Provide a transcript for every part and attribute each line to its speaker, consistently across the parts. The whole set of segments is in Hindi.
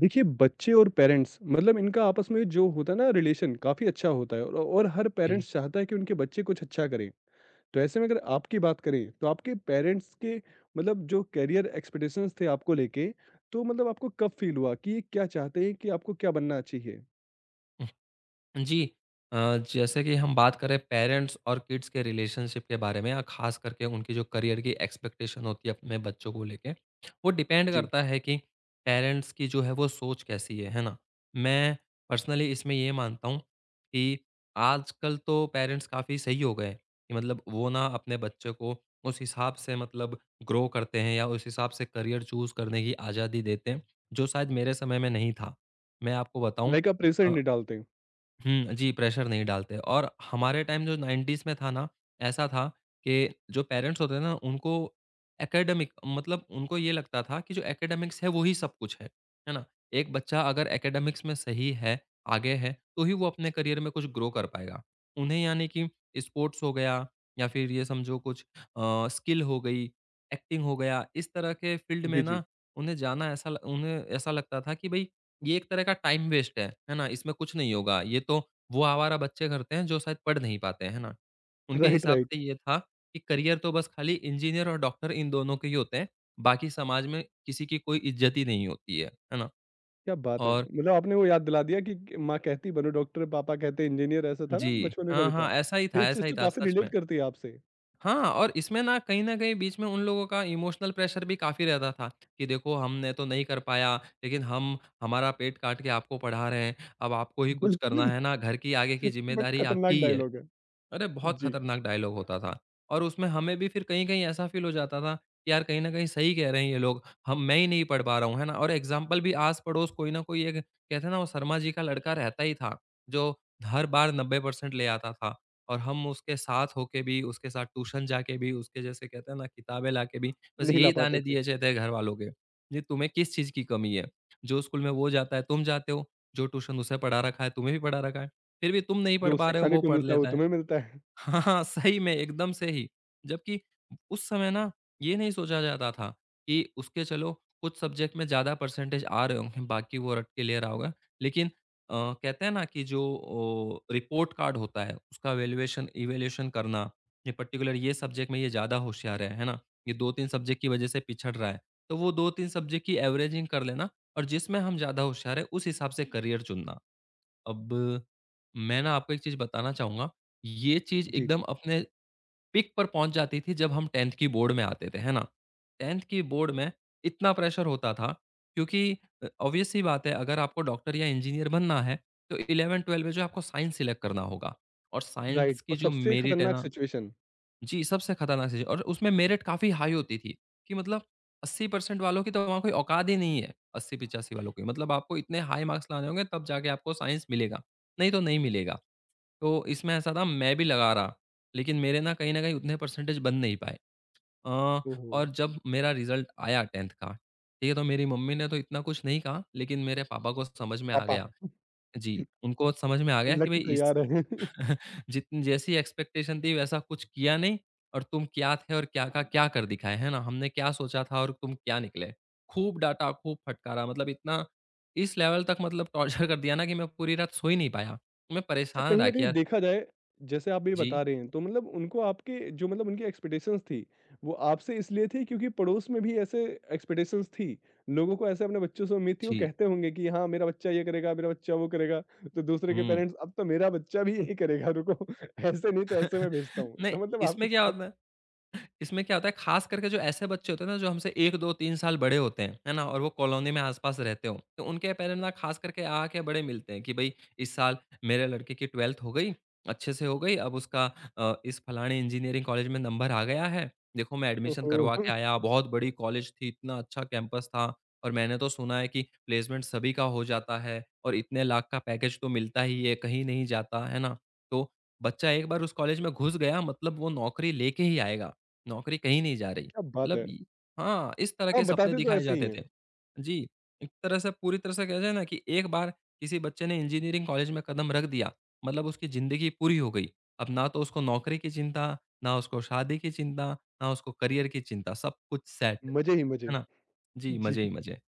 Speaker 1: देखिए बच्चे और पेरेंट्स मतलब इनका आपस में जो होता है ना रिलेशन काफ़ी अच्छा होता है, और हर
Speaker 2: जी।
Speaker 1: पेरेंट्स चाहता है कि उनके बच्चे कुछ अच्छा करें। तो ऐसे में अगर आपकी बात करें तो आपके पेरेंट्स के मतलब जो करियर एक्सपेक्टेशंस थे आपको लेके, तो मतलब आपको कब फील हुआ कि ये क्या चाहते हैं कि आपको क्या बनना चाहिए।
Speaker 2: जी। जैसे कि हम बात करें पेरेंट्स और किड्स के रिलेशनशिप के बारे में और ख़ास करके उनकी जो करियर की एक्सपेक्टेशन होती है अपने बच्चों को लेके, वो डिपेंड
Speaker 1: जी।
Speaker 2: करता है कि पेरेंट्स की जो है वो सोच कैसी है ना? मैं पर्सनली इसमें ये मानता हूँ कि आजकल तो पेरेंट्स काफ़ी सही हो गए हैं कि मतलब वो ना अपने बच्चे को उस हिसाब से मतलब ग्रो करते हैं या उस हिसाब से करियर चूज़ करने की आज़ादी देते हैं, जो शायद मेरे समय में नहीं था। मैं आपको बताऊँ।
Speaker 1: लाइक आप प्रेशर
Speaker 2: अ
Speaker 1: नहीं डालते हैं।
Speaker 2: हुँ, जी, प्रेशर नहीं डालते और हमारे टाइम जो 90s में था ना, ऐसा था कि जो पेरेंट्स होते हैं ना, उनको एकेडमिक मतलब उनको ये लगता था कि जो एकेडमिक्स है, वो ही सब कुछ है। है ना? एक बच्चा अगर एकेडमिक्स में सही है, आगे है, तो ही वो अपने करियर में कुछ ग्रो कर पाएगा। उन्हें यानी कि स्पोर्ट्स हो गया या फिर ये समझो कुछ स्किल हो गई, एक्टिंग हो गया, इस तरह के फील्ड में
Speaker 1: जी जी।
Speaker 2: ना, उन्हें जाना ऐसा ल उन्हें ऐसा लगता था कि भई ये एक तरह का टाइम वेस्ट है ना? इसमें कुछ नहीं होगा। ये तो वो आवारा बच्चे करते हैं जो शायद पढ़ नहीं पाते, है ना? उनके
Speaker 1: राइट
Speaker 2: हिसाब
Speaker 1: राइट।
Speaker 2: से ये था कि करियर तो बस खाली इंजीनियर और डॉक्टर इन दोनों के ही होते हैं, बाकी समाज में किसी की कोई इज़्ज़त ही नहीं होती है ना?
Speaker 1: क्या बात है,
Speaker 2: और
Speaker 1: मतलब आपने वो याद दिला दिया कि माँ कहती बनो डॉक्टर, पापा कहते इंजीनियर, ऐसा था ना
Speaker 2: जी,
Speaker 1: बचपन में,
Speaker 2: हाँ,
Speaker 1: कविता
Speaker 2: हाँ,
Speaker 1: तो ये
Speaker 2: ऐसा
Speaker 1: चीज़
Speaker 2: ही
Speaker 1: तो
Speaker 2: था
Speaker 1: काफ़ी
Speaker 2: सच
Speaker 1: रिलेट
Speaker 2: में।
Speaker 1: करती है आपसे।
Speaker 2: हाँ, और इसमें ना कहीं न कहीं बीच में उन लोगों का इमोशनल प्रेशर भी काफ़ी रहता था कि देखो हमने तो नहीं कर पाया, लेकिन हम हमारा पेट काट के आपको पढ़ा रहे हैं, अब आपको ही कुछ करना
Speaker 1: बिल्कुल।
Speaker 2: है ना, घर की आगे की
Speaker 1: बट
Speaker 2: ज़िम्मेदारी आपकी
Speaker 1: खतरनाक
Speaker 2: ही है।
Speaker 1: डायलॉग है।
Speaker 2: अरे! बहुत
Speaker 1: जी।
Speaker 2: खतरनाक डायलॉग होता था और उसमें हमें भी फिर कहीं-कहीं ऐसा फ़ील हो जाता था कि यार कहीं न कहीं सही कह रहे हैं ये लोग, हम मैं ही नहीं पढ़ पा रहा हूँ, है ना? और एग्ज़ाम्पल भी आस-पड़ोस कोई न कोई एक कहते हैं ना वो शर्मा जी का लड़का रहता ही था, जो हर बार 90% ले आता था और हम उसके साथ होके भी, उसके साथ ट्यूशन जाके भी, उसके जैसे कहते हैं ना किताबें लाके भी, बस
Speaker 1: नहीं ला
Speaker 2: यही
Speaker 1: पाते
Speaker 2: ताने
Speaker 1: थे।
Speaker 2: दिए जाते हैं घरवालों के। ये तुम्हें किस चीज़ की कमी है? जो स्कूल में वो जाता है तुम जाते हो, जो ट्यूशन उसे पढ़ा रखा है तुम्हें भी पढ़ा रखा है, फिर भी तुम नहीं पढ़
Speaker 1: जो
Speaker 2: पा
Speaker 1: उससे
Speaker 2: रहे हो
Speaker 1: खाने
Speaker 2: वो
Speaker 1: को
Speaker 2: पढ़
Speaker 1: मिलता है वो
Speaker 2: लेता है।
Speaker 1: तुम्हें मिलता है।
Speaker 2: हाँ, हाँ, सही में एकदम से ही। जबकि उस समय ना ये नहीं सोचा जाता था कि उसके चलो कुछ सब्जेक्ट में ज़्यादा परसेंटेज आ रहे होंगे, बाकी वो रट के ले रहा होगा। लेकिन अ, कहते हैं ना कि जो ओ रिपोर्ट कार्ड होता है, उसका वैल्यूएशन इवैल्यूएशन करना, ये पर्टिकुलर ये सब्जेक्ट में ये ज़्यादा होशियार है ना? ये 2-3 सब्जेक्ट की वजह से पिछड़ रहा है। तो वो 2-3 सब्जेक्ट की एवरेजिंग कर लेना और जिसमें हम ज़्यादा होशियार हैं, उस हिसाब से करियर चुनना। अब मैं ना आपको एक चीज़ बताना चाहूँगा, ये चीज़
Speaker 1: जी,
Speaker 2: एकदम अपने पीक पर पहुँच जाती थी जब हम 10th की बोर्ड में आते थे, है ना? 10th की बोर्ड में इतना प्रेशर होता था क्योंकि ऑब्वियस सी बात है अगर आपको डॉक्टर या इंजीनियर बनना है, तो 11-12 में जो है आपको साइंस सिलेक्ट करना होगा और साइंस
Speaker 1: राइट।
Speaker 2: की
Speaker 1: और
Speaker 2: जो
Speaker 1: सबसे
Speaker 2: मेरिट है
Speaker 1: खतरनाक
Speaker 2: ना।
Speaker 1: सिचुएशन?
Speaker 2: जी, सबसे खतरनाक चीज़ है और उसमें मेरिट काफ़ी हाई होती थी, कि मतलब 80% वालों की तो वहाँ कोई औकात ही नहीं है, 80-85 वालों की। मतलब आपको इतने हाई मार्क्स लाने होंगे तब जाके आपको साइंस मिलेगा, नहीं तो नहीं मिलेगा। तो इसमें ऐसा था मैं भी लगा रहा, लेकिन मेरे ना कहीं न कहीं उतने परसेंटेज बन नहीं पाए। अ,
Speaker 1: ओह हो!
Speaker 2: और जब मेरा रिज़ल्ट आया 10th का, ठीक है, तो मेरी मम्मी ने तो इतना कुछ नहीं कहा, लेकिन मेरे पापा को समझ में आ
Speaker 1: पापा।
Speaker 2: गया। जी, उनको समझ में आ गया कि भई
Speaker 1: लक
Speaker 2: इस
Speaker 1: तैयार है।
Speaker 2: जितनी जैसी एक्सपेक्टेशन थी वैसा कुछ किया नहीं और तुम क्या थे और क्या का क्या कर दिखाए, है ना? हमने क्या सोचा था और तुम क्या निकले? खूब डाँटा, खूब फटकारा मतलब इतना इस लेवल तक मतलब टॉर्चर कर दिया ना कि मैं पूरी रात सो ही नहीं पाया। मैं
Speaker 1: अच्छा,
Speaker 2: परेशान
Speaker 1: कहीं
Speaker 2: रहा
Speaker 1: न
Speaker 2: कि
Speaker 1: कहीं
Speaker 2: यार
Speaker 1: देखा जाए, जैसे आप ये बता
Speaker 2: जी,
Speaker 1: रहे हैं, तो मतलब उनको आपके जो मतलब उनकी एक्सपेक्टेशंस थी, वो आपसे इसलिए थी क्योंकि पड़ोस में भी ऐसे एक्सपेक्टेशंस थी। लोगों को ऐसे अपने बच्चों से उम्मीद थी, वो
Speaker 2: जी।
Speaker 1: कहते होंगे कि हाँ, मेरा बच्चा ये करेगा, मेरा बच्चा वो करेगा, तो दूसरे के
Speaker 2: हुँ।
Speaker 1: पेरेंट्स अब तो मेरा बच्चा भी यही करेगा, रुको, ऐसे नहीं तो ऐसे मैं भेजता हूँ।
Speaker 2: नहीं,
Speaker 1: तो मतलब आपके साथ।
Speaker 2: इसमें क्या होता है खास करके जो ऐसे बच्चे होते हैं ना जो हमसे 1, 2, 3 साल बड़े होते हैं, है ना? और वो कॉलोनी में आस-पास रहते हों, तो उनके पेरेंट्स ना खास करके आके बड़े मिलते हैं कि भई इस साल मेरे लड़के की 12th हो गई, अच्छे से हो गई, अब उसका इस फलाने इंजीनियरिंग कॉलेज में नंबर आ गया है। देखो मैं एडमिशन
Speaker 1: ओहो!
Speaker 2: करवा के आया, बहुत बड़ी कॉलेज थी, इतना अच्छा कैंपस था और मैंने तो सुना है कि प्लेसमेंट सभी का हो जाता है और इतने लाख का पैकेज तो मिलता ही है, कहीं नहीं जाता, है ना? तो बच्चा एक बार उस कॉलेज में घुस गया मतलब वो नौकरी लेके ही आएगा। नौकरी कहीं नहीं जा रही।
Speaker 1: क्या बात
Speaker 2: मतलब
Speaker 1: है!
Speaker 2: इ हाँ, इस तरह
Speaker 1: हाँ,
Speaker 2: के सपने
Speaker 1: बताते तो
Speaker 2: दिखाए
Speaker 1: ऐसे ही
Speaker 2: जाते थे।
Speaker 1: हैं।
Speaker 2: जी, एक तरह से पूरी तरह से कह जाए ना कि एक बार किसी बच्चे ने इंजीनियरिंग कॉलेज में कदम रख दिया, मतलब उसकी ज़िंदगी पूरी हो गई। अब ना तो उसको नौकरी की चिंता, ना उसको शादी की चिंता, ना उसको करियर की चिंता, सब कुछ सेट,
Speaker 1: मज़े ही
Speaker 2: है
Speaker 1: मज़े।
Speaker 2: ना? जी,
Speaker 1: जी।
Speaker 2: मज़े ही मज़े।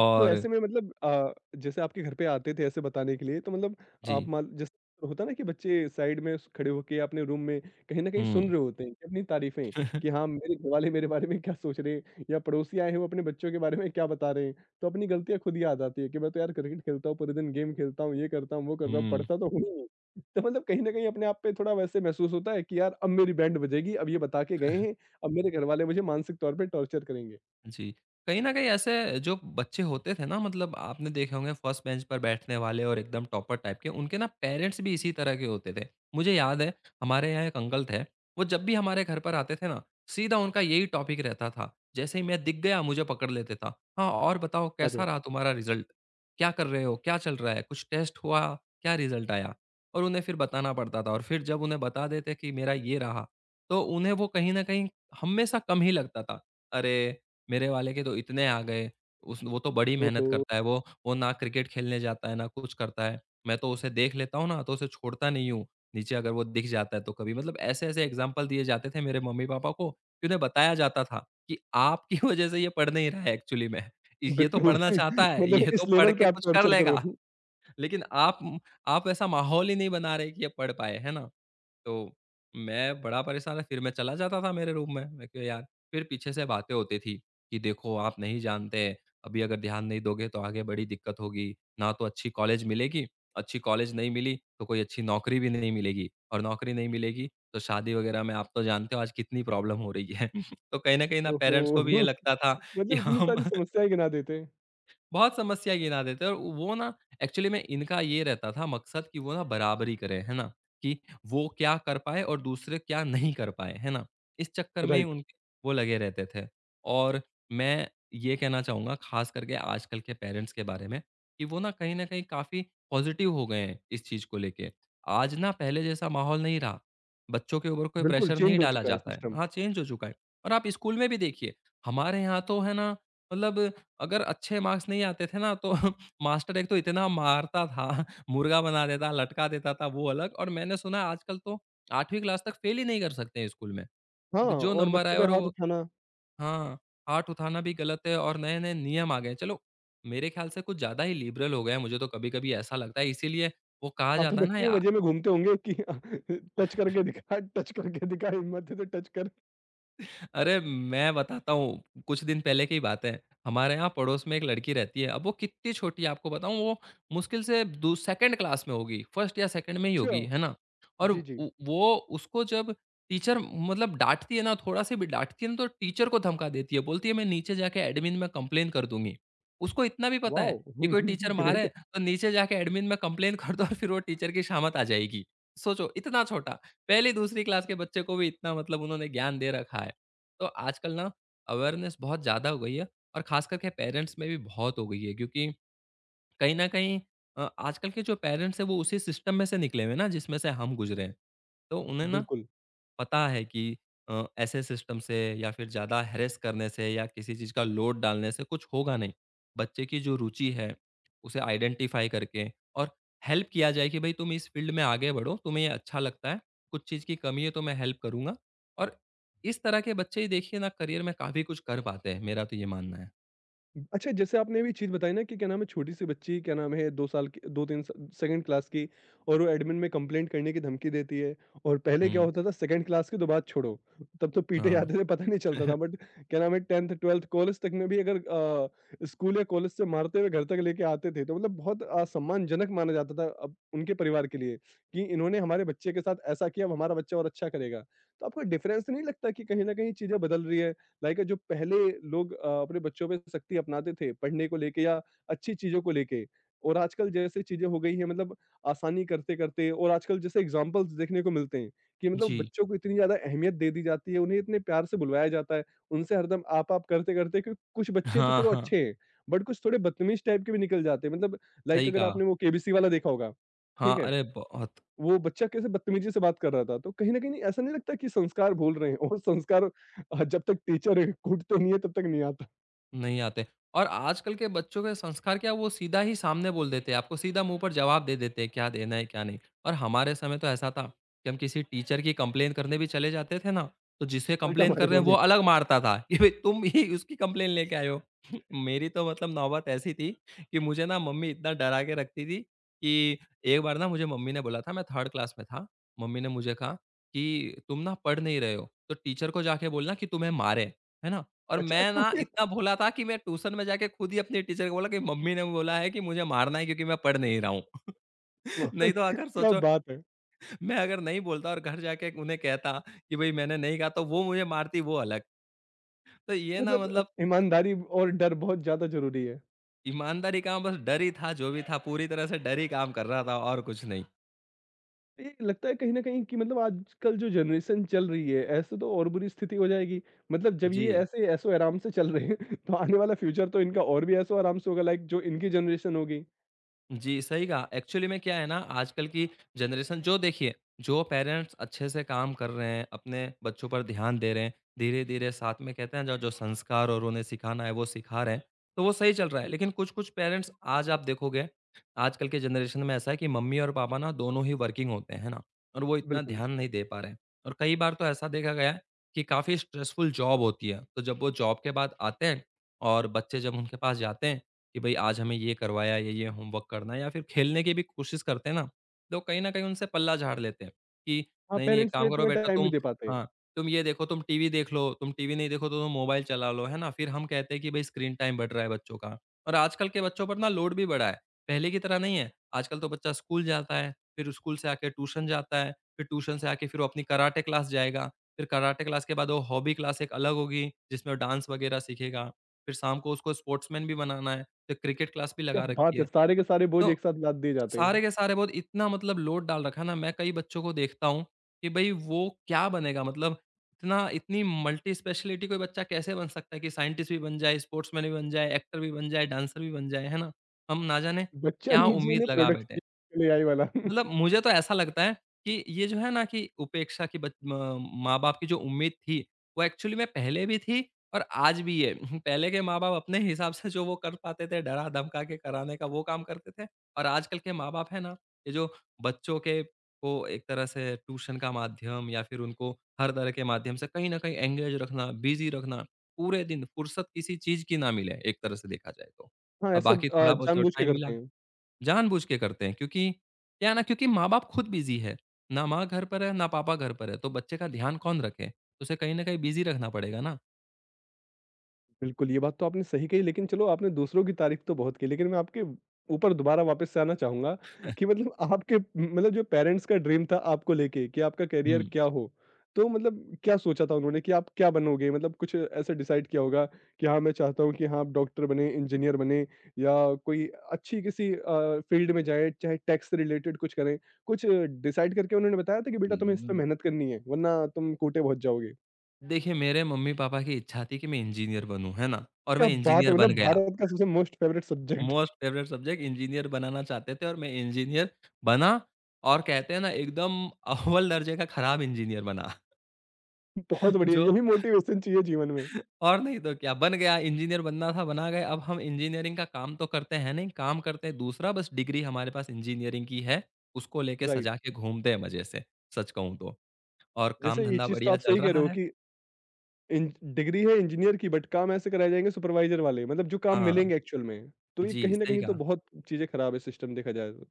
Speaker 1: तो ऐसे में मतलब जैसे आपके घर पे आते थे ऐसे बताने के लिए तो मतलब आप
Speaker 2: जी,
Speaker 1: मान जैसे होता ना कि बच्चे साइड में खड़े होके अपने रूम में कहीं ना कहीं
Speaker 2: हुँ।
Speaker 1: सुन रहे होते हैं कि अपनी तारीफें कि हाँ मेरे घर वाले मेरे बारे में क्या सोच रहे हैं या पड़ोसी आए हैं वो अपने बच्चों के बारे में क्या बता रहे हैं। तो अपनी गलतियां खुद याद आती है कि मैं तो यार क्रिकेट खेलता हूँ, पूरे दिन गेम खेलता हूँ, ये करता हूँ, वो करता हूँ,
Speaker 2: हुँ।
Speaker 1: पढ़ता तो हूँ ही नहीं। तो मतलब कहीं ना कहीं अपने आप पे थोड़ा वैसे महसूस होता है कि यार अब मेरी बैंड बजेगी, अब ये बता के गए हैं, अब मेरे घर वाले मुझे मानसिक तौर पे टॉर्चर करेंगे।
Speaker 2: जी। कहीं न कहीं ऐसे जो बच्चे होते थे ना मतलब आपने देखे होंगे फर्स्ट बेंच पर बैठने वाले और एकदम टॉपर टाइप के, उनके ना पेरेंट्स भी इसी तरह के होते थे। मुझे याद है हमारे यहाँ एक अंकल थे, वो जब भी हमारे घर पर आते थे ना, सीधा उनका यही टॉपिक रहता था। जैसे ही मैं दिख गया मुझे पकड़ लेते था। हाँ, और बताओ
Speaker 1: आ
Speaker 2: कैसा
Speaker 1: जाओ।
Speaker 2: रहा तुम्हारा रिज़ल्ट? क्या कर रहे हो? क्या चल रहा है? कुछ टेस्ट हुआ? क्या रिज़ल्ट आया? और उन्हें फिर बताना पड़ता था और फिर जब उन्हें बता देते कि मेरा ये रहा, तो उन्हें वो कहीं न कहीं हमेशा कम ही लगता था। अरे! मेरे वाले के तो इतने आ गए, उस वो तो बड़ी मेहनत
Speaker 1: ओहो।
Speaker 2: करता है, वो ना क्रिकेट खेलने जाता है, ना कुछ करता है। मैं तो उसे देख लेता हूँ ना, तो उसे छोड़ता नहीं हूँ, नीचे अगर वो दिख जाता है तो कभी। मतलब ऐसे-ऐसे एग्ज़ाम्पल दिए जाते थे मेरे मम्मी-पापा को कि उन्हें बताया जाता था कि आपकी वज़ह से ये पढ़ नहीं रहा है एक्चुअली में। ये तो
Speaker 1: बिल्कुल,
Speaker 2: पढ़ना चाहता है,
Speaker 1: मतलब
Speaker 2: ये तो
Speaker 1: इस
Speaker 2: पढ़
Speaker 1: लेवल
Speaker 2: के
Speaker 1: पे आप
Speaker 2: कुछ कर
Speaker 1: टॉर्चर करो।
Speaker 2: लेगा, लेकिन आप ऐसा माहौल ही नहीं बना रहे कि ये पढ़ पाए, है ना? तो मैं बड़ा परेशान है, फिर मैं चला जाता था मेरे रूम में, मैं कहा यार फिर पीछे से बातें होती थी कि देखो आप नहीं जानते, अभी अगर ध्यान नहीं दोगे तो आगे बड़ी दिक्कत होगी, ना तो अच्छी कॉलेज मिलेगी, अच्छी कॉलेज नहीं मिली तो कोई अच्छी नौकरी भी नहीं मिलेगी और नौकरी नहीं मिलेगी तो शादी वगैरह में आप तो जानते हो आज कितनी प्रॉब्लम हो रही है। तो कहीं न कहीं ना
Speaker 1: ओहो!
Speaker 2: पेरेंट्स को भी ये लगता था कि
Speaker 1: मतलब इतनी
Speaker 2: हम
Speaker 1: सारी समस्याएँ गिना देते।
Speaker 2: बहुत समस्या गिना देते हैं और वो ना एक्चुअली में इनका ये रहता था मकसद कि वो ना बराबरी करें, है ना? कि वो क्या कर पाए और दूसरे क्या नहीं कर पाए, है ना? इस चक्कर में ही
Speaker 1: राइट।
Speaker 2: उनके वो लगे रहते थे। और मैं ये कहना चाहूँगा ख़ास करके आजकल के पेरेंट्स के बारे में कि वो ना कहीं न कहीं काफ़ी पॉज़िटिव हो गए हैं इस चीज़ को लेके। आज ना पहले जैसा माहौल नहीं रहा, बच्चों के ऊपर कोई
Speaker 1: बिल्कुल
Speaker 2: प्रेशर नहीं
Speaker 1: चेंज हो
Speaker 2: डाला
Speaker 1: चुका है
Speaker 2: जाता है।
Speaker 1: सिस्टम।
Speaker 2: हाँ, चेंज हो चुका है और आप स्कूल में भी देखिए, हमारे यहाँ तो है ना मतलब अगर अच्छे मार्क्स नहीं आते थे ना तो मास्टर एक तो इतना मारता था, मुर्गा बना देता, लटका देता था वो अलग और मैंने सुना है आजकल तो 8वीं क्लास तक फ़ेल ही नहीं कर सकते हैं स्कूल में।
Speaker 1: हाँ,
Speaker 2: जो
Speaker 1: और
Speaker 2: नंबर
Speaker 1: बच्चों
Speaker 2: आए
Speaker 1: पे
Speaker 2: और
Speaker 1: हाथ
Speaker 2: वो
Speaker 1: उठाना,
Speaker 2: हाँ, हाथ उठाना भी गलत है और नए-नए नियम आ गए हैं। चलो, मेरे ख़्याल से कुछ ज़्यादा ही लिबरल हो गए हैं, मुझे तो कभी-कभी ऐसा लगता है इसीलिए वो कहा
Speaker 1: आप तो
Speaker 2: जाता है ना
Speaker 1: बच्चे भी
Speaker 2: या
Speaker 1: मज़े में घूमते होंगे कि टच करके दिखा, हिम्मत है तो टच कर।
Speaker 2: अरे! मैं बताता हूँ, कुछ दिन पहले की बात है। हमारे यहाँ पड़ोस में एक लड़की रहती है, अब वो कित्ती छोटी है आपको बताऊँ वो मुश्किल से दू सेकंड क्लास में होगी, फर्स्ट या सेकंड में ही
Speaker 1: अच्छा।
Speaker 2: होगी, है ना? और
Speaker 1: जी, जी।
Speaker 2: उ वो उसको जब टीचर मतलब डाँटती है ना, थोड़ा-सा भी डाँटती है ना, तो टीचर को धमका देती है, बोलती है, "मैं नीचे जाके एडमिन में कंप्लेन कर दूँगी।" उसको इतना भी पता है
Speaker 1: वॉव!
Speaker 2: कि कोई टीचर मारे,
Speaker 1: ग्रेट।
Speaker 2: तो नीचे जाके एडमिन में कंप्लेन कर दो और फिर वो टीचर की शामत आ जाएगी। सोचो इतना छोटा, पहली-दूसरी क्लास के बच्चे को भी इतना मतलब उन्होंने ज्ञान दे रखा है। तो आजकल ना अवेयरनेस बहुत ज़्यादा हो गई है और ख़ास करके पेरेंट्स में भी बहुत हो गई है, क्योंकि कहीं न कहीं आजकल के जो पेरेंट्स हैं वो उसी सिस्टम में से निकले हुए हैं ना, जिसमें से हम गुज़रे हैं। तो उन्हें ना
Speaker 1: बिल्कुल।
Speaker 2: पता है कि ऐसे सिस्टम से या फिर ज़्यादा हैरेस करने से या किसी चीज़ का लोड डालने से कुछ होगा नहीं। बच्चे की जो रुचि है, उसे आइडेंटिफ़ाई करके और हेल्प किया जाए कि भाई तुम इस फ़ील्ड में आगे बढ़ो, तुम्हें ये अच्छा लगता है, कुछ चीज़ की कमी है तो मैं हेल्प करूँगा। और इस तरह के बच्चे ही देखिए ना करियर में काफ़ी कुछ कर पाते हैं, मेरा तो ये मानना है।
Speaker 1: अच्छा, जैसे आपने अभी चीज़ बताई ना कि क्या नाम है, छोटी-सी बच्ची क्या नाम है, 2 साल की, 2-3 स सेकंड क्लास की, और वो एडमिन में कंप्लेंट करने की धमकी देती है। और पहले क्या
Speaker 2: हुँ,
Speaker 1: होता था, सेकंड क्लास के तो बात छोड़ो, तब तो पीटे
Speaker 2: हाँ।
Speaker 1: जाते थे पता नहीं चलता था। बट क्या नाम है, 10th 12th कॉलेज तक में भी अगर स्कूल या कॉलेज से मारते हुए घर तक लेके आते थे तो मतलब बहुत असम्मानजनक माना जाता था अब उनके परिवार के लिए कि इन्होंने हमारे बच्चे के साथ ऐसा किया, अब हमारा बच्चा और अच्छा करेगा। तो आपको डिफरेंस नहीं लगता कि कहीं न कहीं चीज़ें बदल रही है? लाइक जो पहले लोग अपने बच्चों पे सख्ती अपनाते थे पढ़ने को लेके या अच्छी चीज़ों को लेके, और आजकल जैसे चीज़ें हो गई हैं मतलब आसानी करते करते, और आजकल जैसे एग्जाम्पल्स देखने को मिलते हैं कि मतलब
Speaker 2: जी।
Speaker 1: बच्चों को इतनी ज़्यादा अहमियत दे दी जाती है, उन्हें इतने प्यार से बुलवाया जाता है, उनसे हरदम आप-आप करते-करते, क्योंकि कुछ बच्चे तो
Speaker 2: हाँ,
Speaker 1: चलो
Speaker 2: हाँ।
Speaker 1: अच्छे हैं, बट कुछ थोड़े बदतमीज़ टाइप के भी निकल जाते हैं, मतलब लाइक
Speaker 2: सही
Speaker 1: अगर
Speaker 2: कहा।
Speaker 1: आपने वो केबीसी वाला देखा होगा,
Speaker 2: हाँ,
Speaker 1: ठीक है?
Speaker 2: अरे बहुत।
Speaker 1: वो बच्चा कैसे बदतमीज़ी से बात कर रहा था, तो कहीं न कहीं ऐसा नहीं लगता कि संस्कार भूल रहे हैं, और संस्कार जब तक टीचर है कूटते नहीं है तब तक नहीं आता,
Speaker 2: नहीं आते। और आजकल के बच्चों के संस्कार क्या, वो सीधा ही सामने बोल देते हैं, आपको सीधा मुँह पर जवाब दे देते हैं, क्या देना है, क्या नहीं। और हमारे समय तो ऐसा था कि हम किसी टीचर की कंप्लेन करने भी चले जाते थे ना, तो जिसे
Speaker 1: उल्टा
Speaker 2: कंप्लेन
Speaker 1: मारे
Speaker 2: कर रहे हैं वो
Speaker 1: जाओगे।
Speaker 2: अलग मारता था कि भई तुम ही उसकी कंप्लेन लेके आए हो। मेरी तो मतलब नौबत ऐसी थी कि मुझे ना मम्मी इतना डरा के रखती थी कि एक बार ना मुझे मम्मी ने बोला था, मैं 3rd क्लास में था। मम्मी ने मुझे कहा कि तुम ना पढ़ नहीं रहे हो, तो टीचर को जाके बोलना कि तुम्हें मारे, है ना? और
Speaker 1: अच्छा।
Speaker 2: मैं ना इतना भोला था कि मैं ट्यूशन में जाके खुद ही अपनी टीचर को बोला कि मम्मी ने बोला है कि मुझे मारना है, क्योंकि मैं पढ़ नहीं रहा हूँ।
Speaker 1: मतलब
Speaker 2: नहीं तो अगर
Speaker 1: क्या
Speaker 2: सोचो,
Speaker 1: बात है!
Speaker 2: मैं अगर नहीं बोलता और घर जाके उन्हें कहता कि भाई मैंने नहीं कहा, तो वो मुझे मारती, वो अलग। तो ये ना
Speaker 1: मतलब
Speaker 2: मतलब
Speaker 1: ईमानदारी और डर बहुत ज़्यादा ज़रूरी है।
Speaker 2: ईमानदारी का बस डर ही था, जो भी था पूरी तरह से डर ही काम कर रहा था और कुछ नहीं।
Speaker 1: ये लगता है कहीं न कहीं कि मतलब आजकल जो जनरेशन चल रही है, ऐसे तो और बुरी स्थिति हो जाएगी। मतलब जब ये
Speaker 2: जी,
Speaker 1: ऐसे ऐशो-आराम से चल रहे हैं, तो आने वाला फ्यूचर तो इनका और भी ऐशो-आराम से होगा, लाइक जो इनकी जनरेशन होगी।
Speaker 2: जी, सही कहा। एक्चुअली में क्या है ना, आजकल की जनरेशन जो देखिए, जो पेरेंट्स अच्छे से काम कर रहे हैं, अपने बच्चों पर ध्यान दे रहे हैं, धीरे-धीरे साथ में कहते हैं जो जो संस्कार और उन्हें सिखाना है वो सिखा रहे हैं, तो वो सही चल रहा है। लेकिन कुछ-कुछ पेरेंट्स, आज आप देखोगे, आजकल के जनरेशन में ऐसा है कि मम्मी और पापा ना दोनों ही वर्किंग होते हैं, है ना? और वो इतना
Speaker 1: बिल्कुल।
Speaker 2: ध्यान नहीं दे पा रहे हैं। और कई बार तो ऐसा देखा गया है कि काफ़ी स्ट्रेसफुल जॉब होती है, तो जब वो जॉब के बाद आते हैं और बच्चे जब उनके पास जाते हैं कि भाई आज हमें ये करवाया, ये-ये होमवर्क करना है, या फिर खेलने की भी कोशिश करते हैं ना, तो कहीं न कहीं उनसे पल्ला झाड़ लेते हैं कि
Speaker 1: हाँ,
Speaker 2: नहीं, नहीं, एक
Speaker 1: पेरेंट्स भी
Speaker 2: काम करो
Speaker 1: इतना
Speaker 2: बेटा
Speaker 1: टाइम
Speaker 2: तुम,
Speaker 1: नहीं दे पाते।
Speaker 2: हाँ, तुम ये देखो, तुम टीवी देख लो, तुम टीवी नहीं देखो तो तुम मोबाइल चला लो, है ना? फिर हम कहते हैं कि भाई स्क्रीन टाइम बढ़ रहा है बच्चों का। और आजकल के बच्चों पर ना लोड भी बढ़ा है, पहले की तरह नहीं है। आजकल तो बच्चा स्कूल जाता है, फिर स्कूल से आके ट्यूशन जाता है, फिर ट्यूशन से आके फिर वो अपनी कराटे क्लास जाएगा, फिर कराटे क्लास के बाद वो हॉबी क्लास एक अलग होगी, जिसमें डांस वगैरह सीखेगा, फिर शाम को उसको स्पोर्ट्समैन भी बनाना है। तो क्रिकेट क्लास भी
Speaker 1: क्या
Speaker 2: लगा रखी
Speaker 1: बात है!
Speaker 2: है।
Speaker 1: सारे के सारे बोझ
Speaker 2: तो
Speaker 1: एक साथ लाद दिए जाते
Speaker 2: सारे
Speaker 1: हैं।
Speaker 2: के सारे, बहुत इतना मतलब लोड डाल रखा है ना, मैं कई बच्चों को देखता हूँ कि भई वो क्या बनेगा? मतलब इतना इतनी मल्टी स्पेशलिटी कोई बच्चा कैसे बन सकता है कि साइंटिस्ट भी बन जाए, स्पोर्ट्समैन भी बन जाए, एक्टर भी बन जाए, डांसर भी बन जाए, है ना? हम ना जाने
Speaker 1: बच्चा
Speaker 2: क्या
Speaker 1: नीचे
Speaker 2: उम्मीद
Speaker 1: ने
Speaker 2: लगा बैठे
Speaker 1: प्रोडक्ट
Speaker 2: हैं।
Speaker 1: ले आई वाला।
Speaker 2: मतलब मुझे तो ऐसा लगता है कि ये जो है ना, कि उपेक्षा की बच म माँ-बाप की जो उम्मीद थी, वो एक्चुअली में पहले भी थी और आज भी है। पहले के माँ-बाप अपने हिसाब से जो वो कर पाते थे, डरा-धमका के कराने का वो काम करते थे, और आजकल के माँ-बाप हैं ना, ये जो बच्चों के को एक तरह से ट्यूशन का माध्यम या फिर उनको हर तरह के माध्यम से कहीं न कहीं एंगेज रखना, बिज़ी रखना, पूरे दिन फुर्सत किसी चीज़ की ना मिले, एक तरह से देखा जाए तो।
Speaker 1: हाँ,
Speaker 2: और
Speaker 1: ऐसा
Speaker 2: बाकी थोड़ा बहुत जो
Speaker 1: जानबूझ के
Speaker 2: टाइम मिला,
Speaker 1: करते हैं।
Speaker 2: जानबूझ के करते हैं, क्योंकि क्या है ना, क्योंकि माँ-बाप खुद बिज़ी है। ना माँ घर पर है, ना पापा घर पर है, तो बच्चे का ध्यान कौन रखे? तो उसे कहीं न कहीं बिज़ी रखना पड़ेगा ना।
Speaker 1: बिल्कुल, ये बात तो आपने सही कही, लेकिन चलो आपने दूसरों की तारीफ़ तो बहुत की, लेकिन मैं आपके ऊपर दोबारा वापस से आना चाहूँगा कि मतलब आपके मतलब जो पेरेंट्स का ड्रीम था आपको लेके कि आपका करियर
Speaker 2: हुँ।
Speaker 1: क्या हो, तो मतलब क्या सोचा था उन्होंने कि आप क्या बनोगे? मतलब कुछ ऐसा डिसाइड किया होगा कि हाँ, मैं चाहता हूँ कि हाँ, आप डॉक्टर बनें, इंजीनियर बनें, या कोई अच्छी किसी फ़ील्ड में जाएँ, चाहे टैक्स से रिलेटेड कुछ करें। कुछ डिसाइड करके उन्होंने बताया था कि बेटा तुम्हें इस पे
Speaker 2: उम,
Speaker 1: मेहनत करनी है वरना तुम कोटे पहुँच जाओगे।
Speaker 2: देखिए, मेरे मम्मी-पापा की इच्छा थी कि मैं इंजीनियर बनूँ, है ना? और मैं
Speaker 1: क्या बात
Speaker 2: इंजीनियर
Speaker 1: है!
Speaker 2: बन
Speaker 1: मतलब
Speaker 2: गया।
Speaker 1: भारत का सबसे most favourite subject.
Speaker 2: Most favourite subject, engineer बनाना चाहते थे और मैं इंजीनियर बना, और कहते हैं ना, एकदम अव्वल दर्जे का खराब इंजीनियर बना।
Speaker 1: बहुत बढ़िया,
Speaker 2: जो
Speaker 1: यही मोटिवेशन चाहिए जीवन में।
Speaker 2: और नहीं तो क्या, बन गया, इंजीनियर बनना था बना गए। अब हम इंजीनियरिंग का काम तो करते हैं नहीं, काम करते हैं दूसरा, बस डिग्री हमारे पास इंजीनियरिंग की है, उसको लेके
Speaker 1: राइट,
Speaker 2: सजा के घूमते हैं मज़े से, सच कहूँ तो। और काम
Speaker 1: जैसे ये
Speaker 2: धंधा
Speaker 1: चीज़ तो
Speaker 2: बढ़िया
Speaker 1: आप
Speaker 2: चल
Speaker 1: सही कह
Speaker 2: रहा
Speaker 1: रहे हो
Speaker 2: है।
Speaker 1: कि इंज डिग्री है इंजीनियर की, बट काम ऐसे कराए जाएँगे सुपरवाइज़र वाले, मतलब जो काम
Speaker 2: हाँ,
Speaker 1: मिलेंगे एक्चुअल में। तो ये
Speaker 2: जी,
Speaker 1: कहीं न
Speaker 2: सही
Speaker 1: कहीं तो
Speaker 2: कहा।
Speaker 1: बहुत चीज़ें खराब है सिस्टम देखा जाए तो।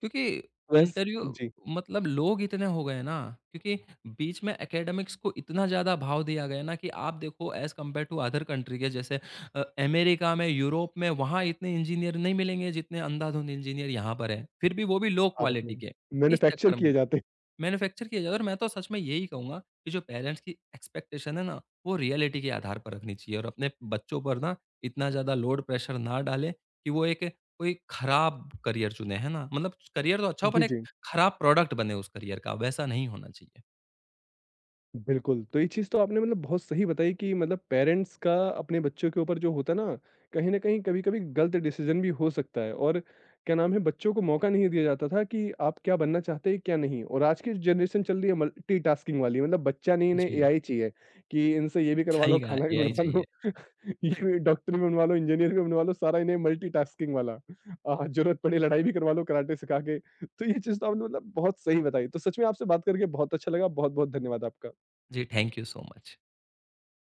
Speaker 2: क्योंकि
Speaker 1: वैस
Speaker 2: इंटरव्यू
Speaker 1: जी,
Speaker 2: मतलब लोग इतने हो गए ना, क्योंकि बीच में एकेडमिक्स को इतना ज़्यादा भाव दिया गया ना कि आप देखो, as compare to other country के जैसे अमेरिका में, यूरोप में, वहाँ इतने इंजीनियर नहीं मिलेंगे जितने अंधाधुंध इंजीनियर यहाँ पर हैं। फिर भी वो भी लो
Speaker 1: भारत
Speaker 2: क्वालिटी
Speaker 1: में
Speaker 2: के। इस
Speaker 1: मैन्युफैक्चर
Speaker 2: चक्कर में
Speaker 1: किए जाते हैं।
Speaker 2: मैन्युफैक्चर किया जाए, और मैं तो सच में यही कहूँगा कि जो पेरेंट्स की एक्सपेक्टेशन है ना, वो रियलिटी के आधार पर रखनी चाहिए, और अपने बच्चों पर ना इतना ज़्यादा लोड प्रेशर ना डालें कि वो एक कोई खराब करियर चुने, है ना? मतलब करियर तो अच्छा हो पर
Speaker 1: जी,
Speaker 2: एक
Speaker 1: जी।
Speaker 2: खराब प्रोडक्ट बने उस करियर का, वैसा नहीं होना चाहिए।
Speaker 1: बिल्कुल, तो ये चीज़ तो आपने मतलब बहुत सही बताई कि मतलब पेरेंट्स का अपने बच्चों के ऊपर जो होता है ना, कहीं न कहीं कभी-कभी गलत डिसीज़न भी हो सकता है, और क्या नाम है, बच्चों को मौका नहीं दिया जाता था कि आप क्या बनना चाहते हैं, क्या नहीं, और आज की जनरेशन चल रही है मल्टीटास्किंग वाली, मतलब बच्चा नहीं, इन्हें
Speaker 2: जी,
Speaker 1: एआई चाहिए कि इनसे ये भी करवा
Speaker 2: सही
Speaker 1: लो,
Speaker 2: कहा,
Speaker 1: खाना भी
Speaker 2: एआई
Speaker 1: बनवा
Speaker 2: चाहिए।
Speaker 1: लो, ये भी, डॉक्टर भी बनवा लो, इंजीनियर भी बनवा लो, सारा इन्हें मल्टीटास्किंग वाला। ज़रूरत पड़ी लड़ाई भी करवा लो कराटे सिखा के। तो ये चीज़ तो आपने मतलब बहुत सही बताई। तो सच में आपसे बात करके बहुत अच्छा लगा, बहुत-बहुत धन्यवाद आपका।
Speaker 2: जी, थैंक यू सो मच।